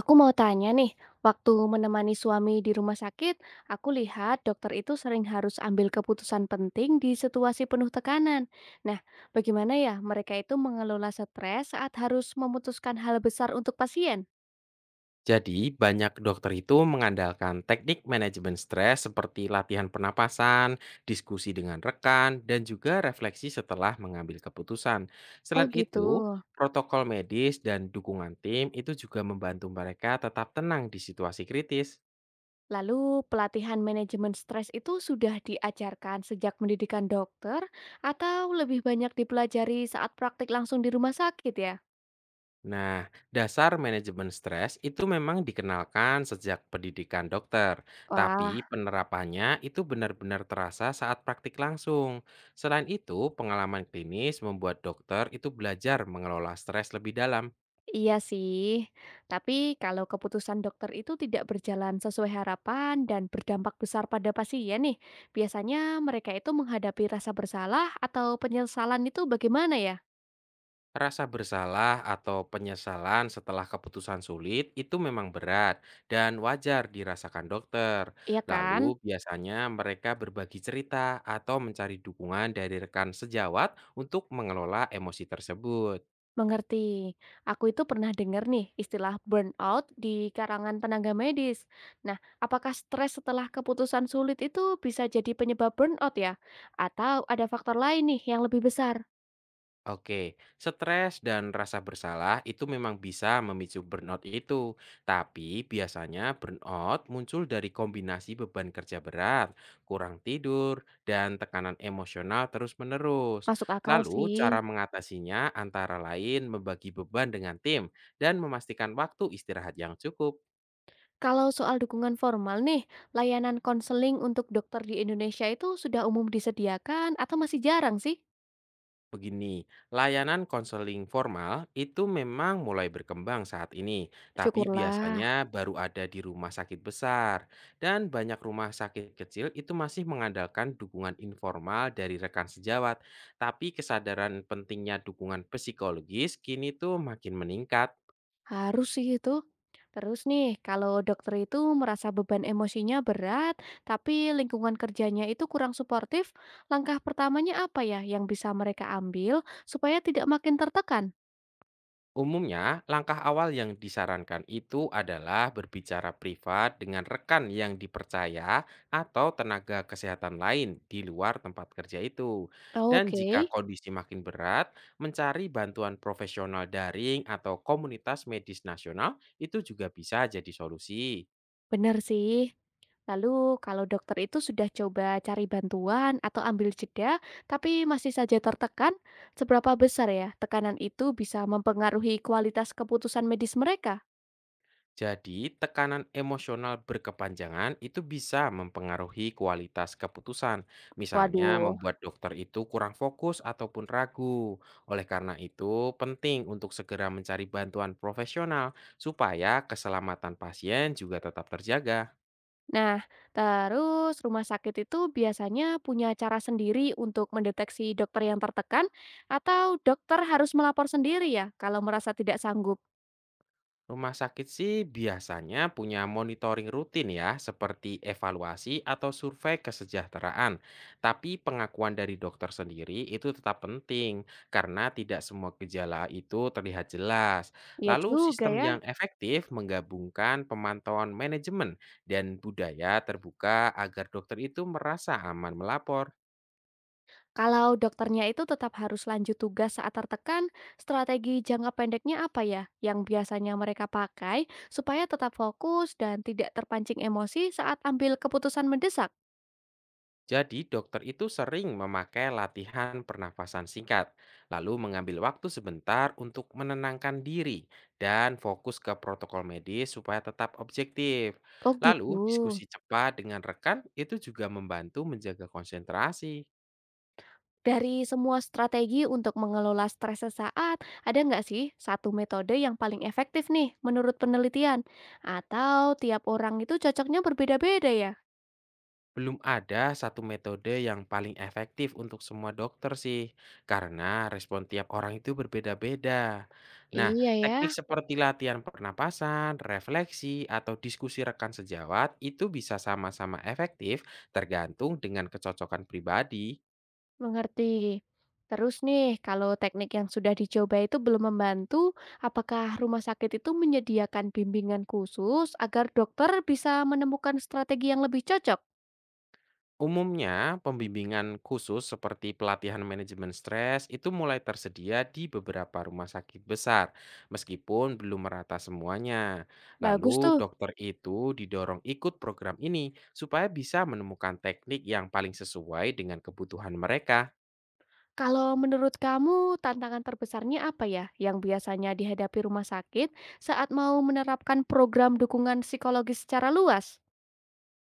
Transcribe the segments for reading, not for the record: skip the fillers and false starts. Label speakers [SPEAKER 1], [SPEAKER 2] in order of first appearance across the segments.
[SPEAKER 1] Aku mau tanya nih, waktu menemani suami di rumah sakit, aku lihat dokter itu sering harus ambil keputusan penting di situasi penuh tekanan. Nah, bagaimana ya mereka itu mengelola stres saat harus memutuskan hal besar untuk pasien?
[SPEAKER 2] Jadi, banyak dokter itu mengandalkan teknik manajemen stres seperti latihan pernapasan, diskusi dengan rekan, dan juga refleksi setelah mengambil keputusan.
[SPEAKER 1] Oh
[SPEAKER 2] Selain
[SPEAKER 1] gitu.
[SPEAKER 2] itu, protokol medis dan dukungan tim itu juga membantu mereka tetap tenang di situasi kritis.
[SPEAKER 1] Lalu pelatihan manajemen stres itu sudah diajarkan sejak pendidikan dokter atau lebih banyak dipelajari saat praktik langsung di rumah sakit ya?
[SPEAKER 2] Nah, dasar manajemen stres itu memang dikenalkan sejak pendidikan dokter,
[SPEAKER 1] Wah,
[SPEAKER 2] tapi penerapannya itu benar-benar terasa saat praktik langsung. Selain itu, pengalaman klinis membuat dokter itu belajar mengelola stres lebih dalam.
[SPEAKER 1] iya sih, tapi kalau keputusan dokter itu tidak berjalan sesuai harapan dan berdampak besar pada pasien nih, biasanya mereka itu menghadapi rasa bersalah atau penyesalan itu bagaimana ya?
[SPEAKER 2] Rasa bersalah atau penyesalan setelah keputusan sulit itu memang berat dan wajar dirasakan dokter.
[SPEAKER 1] Iya kan?
[SPEAKER 2] Lalu biasanya mereka berbagi cerita atau mencari dukungan dari rekan sejawat untuk mengelola emosi tersebut.
[SPEAKER 1] Mengerti. Aku itu pernah dengar nih istilah burnout di karangan tenaga medis. Nah, apakah stres setelah keputusan sulit itu bisa jadi penyebab burnout ya? Atau ada faktor lain nih yang lebih besar?
[SPEAKER 2] Oke, stres dan rasa bersalah itu memang bisa memicu burnout itu. Tapi biasanya burnout muncul dari kombinasi beban kerja berat, kurang tidur, dan tekanan emosional terus-menerus.
[SPEAKER 1] Masuk akal
[SPEAKER 2] Lalu, cara
[SPEAKER 1] sih.
[SPEAKER 2] mengatasinya antara lain membagi beban dengan tim dan memastikan waktu istirahat yang cukup.
[SPEAKER 1] Kalau soal dukungan formal nih, layanan konseling untuk dokter di Indonesia itu sudah umum disediakan atau masih jarang sih?
[SPEAKER 2] Begini, layanan konseling formal itu memang mulai berkembang saat ini, tapi
[SPEAKER 1] Syukurlah,
[SPEAKER 2] biasanya baru ada di rumah sakit besar. Dan banyak rumah sakit kecil itu masih mengandalkan dukungan informal dari rekan sejawat. Tapi kesadaran pentingnya dukungan psikologis kini tuh makin meningkat.
[SPEAKER 1] harus sih itu. Terus nih, kalau dokter itu merasa beban emosinya berat, tapi lingkungan kerjanya itu kurang suportif, langkah pertamanya apa ya yang bisa mereka ambil supaya tidak makin tertekan?
[SPEAKER 2] Umumnya, langkah awal yang disarankan itu adalah berbicara privat dengan rekan yang dipercaya atau tenaga kesehatan lain di luar tempat kerja itu. Dan
[SPEAKER 1] Oke,
[SPEAKER 2] jika kondisi makin berat, mencari bantuan profesional daring atau komunitas medis nasional itu juga bisa jadi solusi.
[SPEAKER 1] benar sih. Lalu kalau dokter itu sudah coba cari bantuan atau ambil jeda, tapi masih saja tertekan, seberapa besar ya tekanan itu bisa mempengaruhi kualitas keputusan medis mereka?
[SPEAKER 2] Jadi, tekanan emosional berkepanjangan itu bisa mempengaruhi kualitas keputusan. Misalnya,
[SPEAKER 1] Waduh.
[SPEAKER 2] membuat dokter itu kurang fokus ataupun ragu. Oleh karena itu, penting untuk segera mencari bantuan profesional supaya keselamatan pasien juga tetap terjaga.
[SPEAKER 1] Nah, terus rumah sakit itu biasanya punya cara sendiri untuk mendeteksi dokter yang tertekan atau dokter harus melapor sendiri ya kalau merasa tidak sanggup?
[SPEAKER 2] Rumah sakit sih biasanya punya monitoring rutin ya, seperti evaluasi atau survei kesejahteraan. Tapi pengakuan dari dokter sendiri itu tetap penting karena tidak semua gejala itu terlihat jelas.
[SPEAKER 1] Iya
[SPEAKER 2] Lalu
[SPEAKER 1] juga
[SPEAKER 2] sistem
[SPEAKER 1] ya.
[SPEAKER 2] yang efektif menggabungkan pemantauan manajemen dan budaya terbuka agar dokter itu merasa aman melapor.
[SPEAKER 1] Kalau dokternya itu tetap harus lanjut tugas saat tertekan, strategi jangka pendeknya apa ya yang biasanya mereka pakai supaya tetap fokus dan tidak terpancing emosi saat ambil keputusan mendesak?
[SPEAKER 2] Jadi, dokter itu sering memakai latihan pernafasan singkat, lalu mengambil waktu sebentar untuk menenangkan diri dan fokus ke protokol medis supaya tetap objektif.
[SPEAKER 1] Oh gitu.
[SPEAKER 2] Lalu, diskusi cepat dengan rekan itu juga membantu menjaga konsentrasi.
[SPEAKER 1] Dari semua strategi untuk mengelola stres sesaat, ada nggak sih satu metode yang paling efektif nih menurut penelitian? Atau tiap orang itu cocoknya berbeda-beda ya?
[SPEAKER 2] Belum ada satu metode yang paling efektif untuk semua dokter sih, karena respon tiap orang itu berbeda-beda. Nah,
[SPEAKER 1] Iya ya,
[SPEAKER 2] teknik seperti latihan pernapasan, refleksi, atau diskusi rekan sejawat itu bisa sama-sama efektif tergantung dengan kecocokan pribadi.
[SPEAKER 1] mengerti. Terus nih, kalau teknik yang sudah dicoba itu belum membantu, apakah rumah sakit itu menyediakan bimbingan khusus agar dokter bisa menemukan strategi yang lebih cocok?
[SPEAKER 2] Umumnya, pembimbingan khusus seperti pelatihan manajemen stres itu mulai tersedia di beberapa rumah sakit besar, meskipun belum merata semuanya.
[SPEAKER 1] Bagus
[SPEAKER 2] Lalu,
[SPEAKER 1] tuh.
[SPEAKER 2] dokter itu didorong ikut program ini supaya bisa menemukan teknik yang paling sesuai dengan kebutuhan mereka.
[SPEAKER 1] Kalau menurut kamu, tantangan terbesarnya apa ya yang biasanya dihadapi rumah sakit saat mau menerapkan program dukungan psikologis secara luas?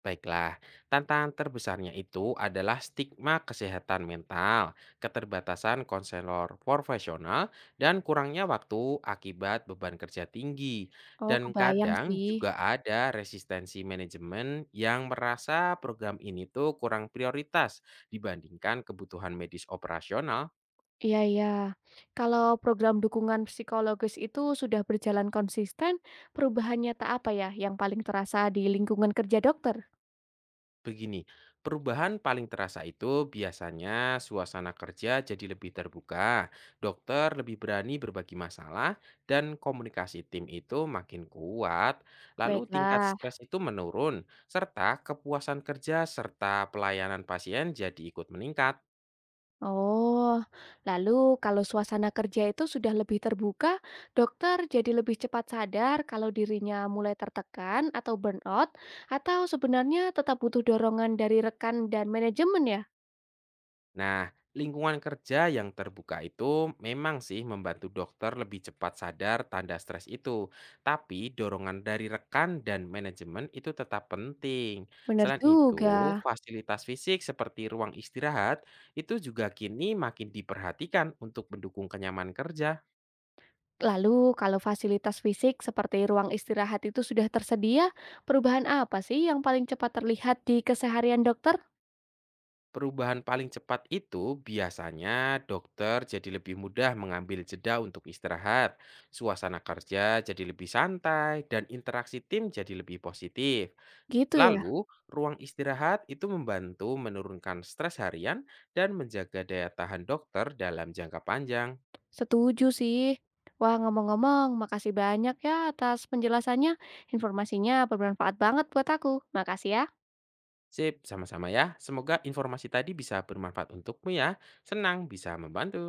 [SPEAKER 2] Baiklah, tantangan terbesarnya itu adalah stigma kesehatan mental, keterbatasan konselor profesional, dan kurangnya waktu akibat beban kerja tinggi.
[SPEAKER 1] Oh,
[SPEAKER 2] Dan
[SPEAKER 1] kebayang
[SPEAKER 2] kadang
[SPEAKER 1] sih.
[SPEAKER 2] juga ada resistensi manajemen yang merasa program ini tuh kurang prioritas dibandingkan kebutuhan medis operasional.
[SPEAKER 1] Iya iya. Kalau program dukungan psikologis itu sudah berjalan konsisten, perubahan nyata apa ya yang paling terasa di lingkungan kerja dokter?
[SPEAKER 2] Begini, perubahan paling terasa itu biasanya suasana kerja jadi lebih terbuka, dokter lebih berani berbagi masalah, dan komunikasi tim itu makin kuat. Lalu tingkat
[SPEAKER 1] Baiklah.
[SPEAKER 2] stres itu menurun, serta kepuasan kerja serta pelayanan pasien jadi ikut meningkat.
[SPEAKER 1] Oh, lalu kalau suasana kerja itu sudah lebih terbuka, dokter jadi lebih cepat sadar kalau dirinya mulai tertekan atau burnout, atau sebenarnya tetap butuh dorongan dari rekan dan manajemen ya?
[SPEAKER 2] Nah, lingkungan kerja yang terbuka itu memang sih membantu dokter lebih cepat sadar tanda stres itu. Tapi dorongan dari rekan dan manajemen itu tetap penting.
[SPEAKER 1] Benar
[SPEAKER 2] Selain itu,
[SPEAKER 1] juga.
[SPEAKER 2] fasilitas fisik seperti ruang istirahat itu juga kini makin diperhatikan untuk mendukung kenyamanan kerja.
[SPEAKER 1] Lalu, kalau fasilitas fisik seperti ruang istirahat itu sudah tersedia, perubahan apa sih yang paling cepat terlihat di keseharian dokter?
[SPEAKER 2] Perubahan paling cepat itu biasanya dokter jadi lebih mudah mengambil jeda untuk istirahat, suasana kerja jadi lebih santai, dan interaksi tim jadi lebih positif.
[SPEAKER 1] Gitu ya,
[SPEAKER 2] Lalu, ruang istirahat itu membantu menurunkan stres harian dan menjaga daya tahan dokter dalam jangka panjang.
[SPEAKER 1] setuju sih. Wah, ngomong-ngomong, makasih banyak ya atas penjelasannya. Informasinya bermanfaat banget buat aku. Makasih ya.
[SPEAKER 2] Sip, sama-sama ya. Semoga informasi tadi bisa bermanfaat untukmu ya. Senang bisa membantu.